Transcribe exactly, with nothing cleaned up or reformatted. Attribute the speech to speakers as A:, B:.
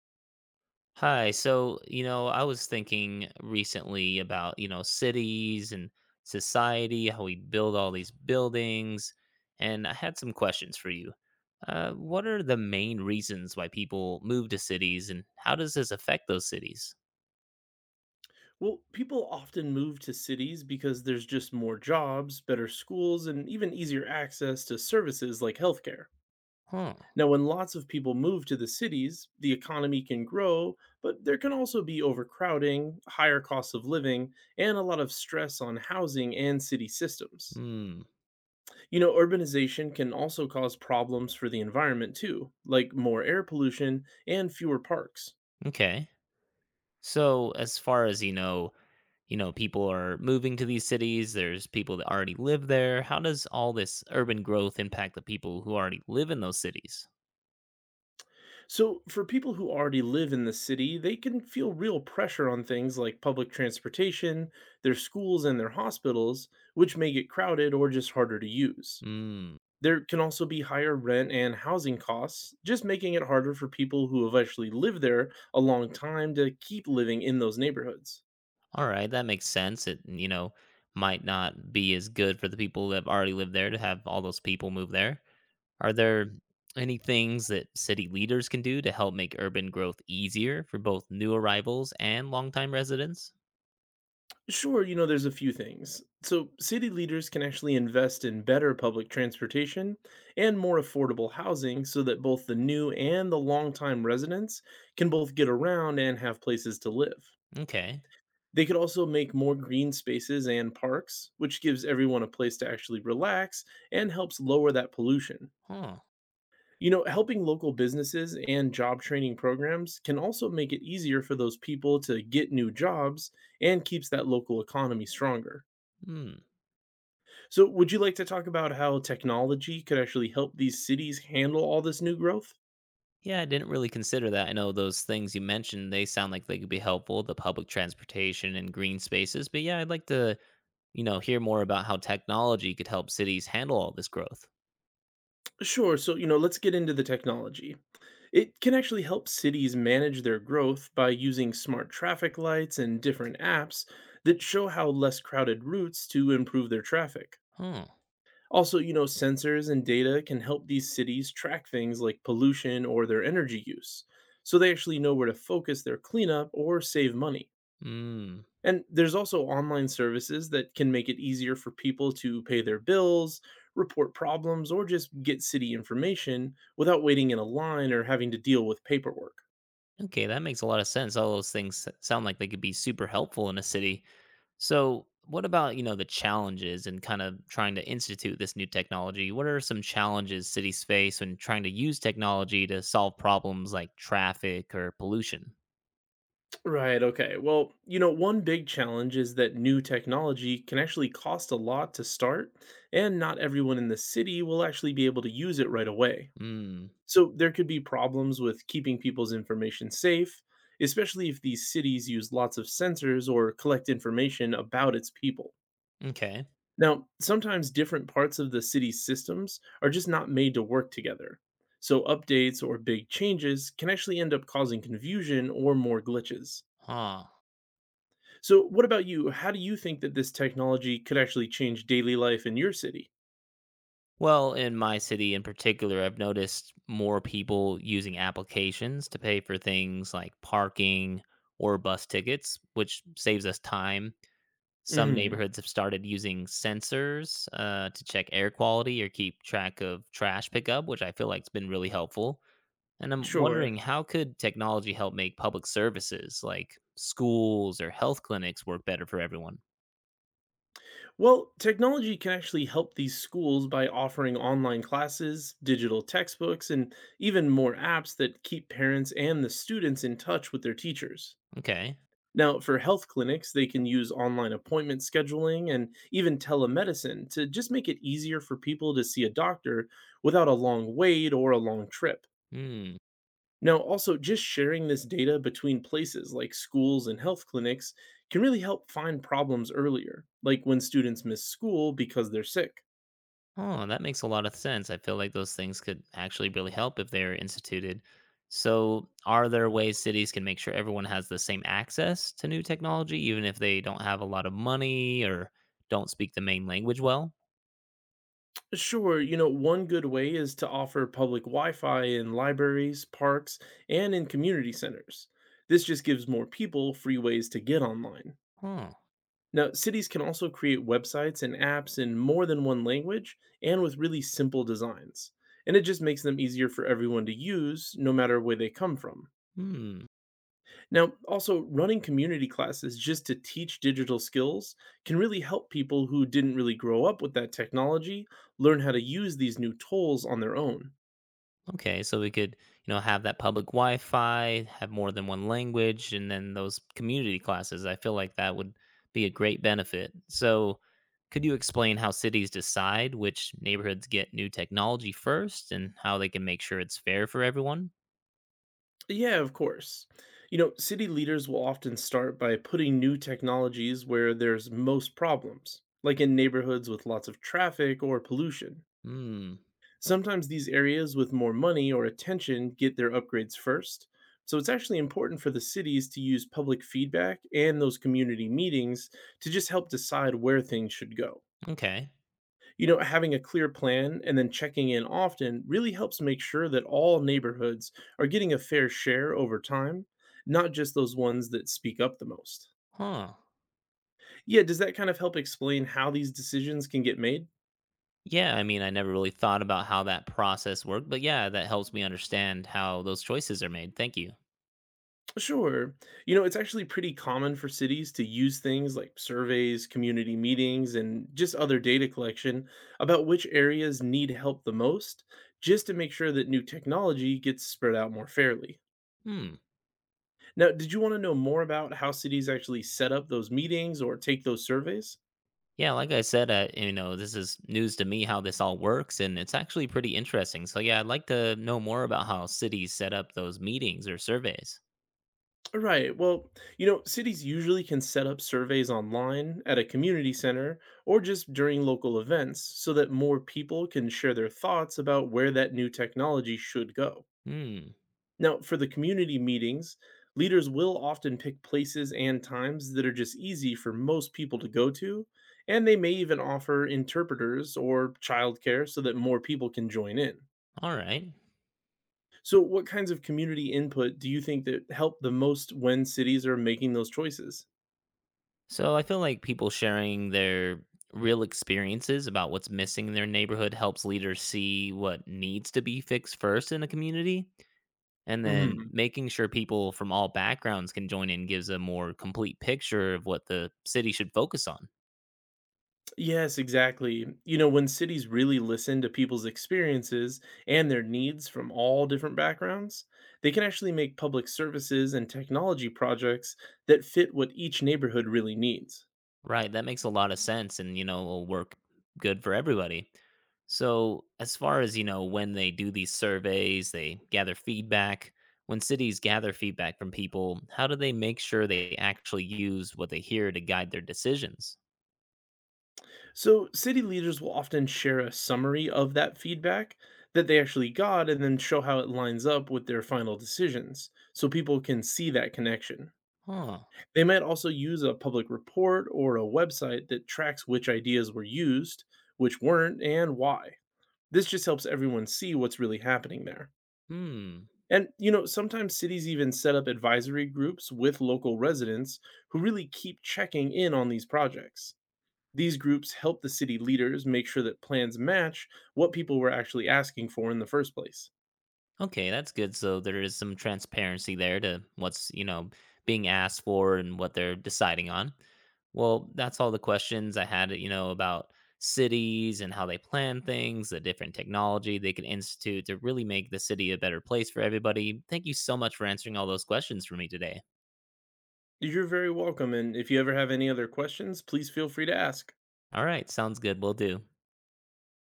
A: Hi. So, you know, I was thinking recently about, you know, cities and society, how we build all these buildings. And I had some questions for you. Uh, what are the main reasons why people move to cities and how does this affect those cities?
B: Well, people often move to cities because there's just more jobs, better schools, and even easier access to services like healthcare.
A: Huh.
B: Now, when lots of people move to the cities, the economy can grow, but there can also be overcrowding, higher costs of living, and a lot of stress on housing and city systems.
A: Hmm.
B: You know, urbanization can also cause problems for the environment too, like more air pollution and fewer parks.
A: Okay. So, as far as you know, you know, people are moving to these cities, there's people that already live there. How does all this urban growth impact the people who already live in those cities?
B: So, for people who already live in the city, they can feel real pressure on things like public transportation, their schools, and their hospitals, which may get crowded or just harder to use.
A: Hmm.
B: There can also be higher rent and housing costs, just making it harder for people who have actually lived there a long time to keep living in those neighborhoods.
A: All right, that makes sense. It, you know, might not be as good for the people that have already lived there to have all those people move there. Are there any things that city leaders can do to help make urban growth easier for both new arrivals and longtime residents?
B: Sure, you know, there's a few things. So, city leaders can actually invest in better public transportation and more affordable housing so that both the new and the longtime residents can both get around and have places to live.
A: Okay.
B: They could also make more green spaces and parks, which gives everyone a place to actually relax and helps lower that pollution.
A: Huh.
B: You know, helping local businesses and job training programs can also make it easier for those people to get new jobs and keeps that local economy stronger.
A: Hmm.
B: So, would you like to talk about how technology could actually help these cities handle all this new growth?
A: Yeah, I didn't really consider that. I know those things you mentioned, they sound like they could be helpful, the public transportation and green spaces. But yeah, I'd like to, you know, hear more about how technology could help cities handle all this growth.
B: Sure. So, you know, let's get into the technology. It can actually help cities manage their growth by using smart traffic lights and different apps that show how less crowded routes to improve their traffic.
A: Huh.
B: Also, you know, sensors and data can help these cities track things like pollution or their energy use. So they actually know where to focus their cleanup or save money.
A: Hmm.
B: And there's also online services that can make it easier for people to pay their bills, report problems, or just get city information without waiting in a line or having to deal with paperwork.
A: Okay, that makes a lot of sense. All those things s- sound like they could be super helpful in a city. So, what about, you know, the challenges and kind of trying to institute this new technology? What are some challenges cities face when trying to use technology to solve problems like traffic or pollution?
B: Right. Okay. Well, you know, one big challenge is that new technology can actually cost a lot to start, and not everyone in the city will actually be able to use it right away.
A: Hmm.
B: So there could be problems with keeping people's information safe, especially if these cities use lots of sensors or collect information about its people.
A: Okay.
B: Now, sometimes different parts of the city's systems are just not made to work together. So updates or big changes can actually end up causing confusion or more glitches.
A: Huh.
B: So, what about you? How do you think that this technology could actually change daily life in your city?
A: Well, in my city in particular, I've noticed more people using applications to pay for things like parking or bus tickets, which saves us time. Some
B: Mm,
A: neighborhoods have started using sensors uh, to check air quality or keep track of trash pickup, which I feel like has been really helpful. And I'm
B: sure.
A: wondering how could technology help make public services like schools or health clinics work better for everyone?
B: Well, technology can actually help these schools by offering online classes, digital textbooks, and even more apps that keep parents and the students in touch with their teachers.
A: Okay.
B: Now, for health clinics, they can use online appointment scheduling and even telemedicine to just make it easier for people to see a doctor without a long wait or a long trip.
A: Hmm.
B: Now, also, just sharing this data between places like schools and health clinics can really help find problems earlier, like when students miss school because they're sick.
A: Oh, that makes a lot of sense. I feel like those things could actually really help if they're instituted. So, are there ways cities can make sure everyone has the same access to new technology, even if they don't have a lot of money or don't speak the main language well?
B: Sure, you know, one good way is to offer public Wi Fi in libraries, parks, and in community centers. This just gives more people free ways to get online.
A: Huh.
B: Now, cities can also create websites and apps in more than one language and with really simple designs. And it just makes them easier for everyone to use, no matter where they come from.
A: Hmm.
B: Now, also, running community classes just to teach digital skills can really help people who didn't really grow up with that technology learn how to use these new tools on their own.
A: Okay, so we could, you know, have that public Wi-Fi, have more than one language, and then those community classes. I feel like that would be a great benefit. So, could you explain how cities decide which neighborhoods get new technology first and how they can make sure it's fair for everyone?
B: Yeah, of course. You know, city leaders will often start by putting new technologies where there's most problems, like in neighborhoods with lots of traffic or pollution.
A: Hmm.
B: Sometimes these areas with more money or attention get their upgrades first. So it's actually important for the cities to use public feedback and those community meetings to just help decide where things should go.
A: Okay.
B: You know, having a clear plan and then checking in often really helps make sure that all neighborhoods are getting a fair share over time, not just those ones that speak up the most.
A: Huh.
B: Yeah, does that kind of help explain how these decisions can get made?
A: Yeah, I mean, I never really thought about how that process worked, but yeah, that helps me understand how those choices are made. Thank you.
B: Sure. You know, it's actually pretty common for cities to use things like surveys, community meetings, and just other data collection about which areas need help the most, just to make sure that new technology gets spread out more fairly.
A: Hmm.
B: Now, did you want to know more about how cities actually set up those meetings or take those surveys?
A: Yeah, like I said, uh, you know, this is news to me how this all works, and it's actually pretty interesting. So, yeah, I'd like to know more about how cities set up those meetings or surveys.
B: Right. Well, you know, cities usually can set up surveys online at a community center or just during local events so that more people can share their thoughts about where that new technology should go.
A: Hmm.
B: Now, for the community meetings, leaders will often pick places and times that are just easy for most people to go to, and they may even offer interpreters or childcare so that more people can join in.
A: All right.
B: So, what kinds of community input do you think that help the most when cities are making those choices?
A: So, I feel like people sharing their real experiences about what's missing in their neighborhood helps leaders see what needs to be fixed first in a community. And then
B: Mhm.
A: making sure people from all backgrounds can join in gives a more complete picture of what the city should focus on.
B: Yes, exactly. You know, when cities really listen to people's experiences and their needs from all different backgrounds, they can actually make public services and technology projects that fit what each neighborhood really needs.
A: Right, that makes a lot of sense and, you know, will work good for everybody. So, as far as, you know, when they do these surveys, they gather feedback. When cities gather feedback from people, how do they make sure they actually use what they hear to guide their decisions?
B: So, city leaders will often share a summary of that feedback that they actually got and then show how it lines up with their final decisions so people can see that connection.
A: Huh.
B: They might also use a public report or a website that tracks which ideas were used, which weren't, and why. This just helps everyone see what's really happening there.
A: Hmm.
B: And, you know, sometimes cities even set up advisory groups with local residents who really keep checking in on these projects. These groups help the city leaders make sure that plans match what people were actually asking for in the first place.
A: Okay, that's good. So there is some transparency there to what's, you know, being asked for and what they're deciding on. Well, that's all the questions I had, you know, about cities and how they plan things, the different technology they can institute to really make the city a better place for everybody. Thank you so much for answering all those questions for me today.
B: You're very welcome, and if you ever have any other questions, please feel free to ask.
A: All right, sounds good. We'll do.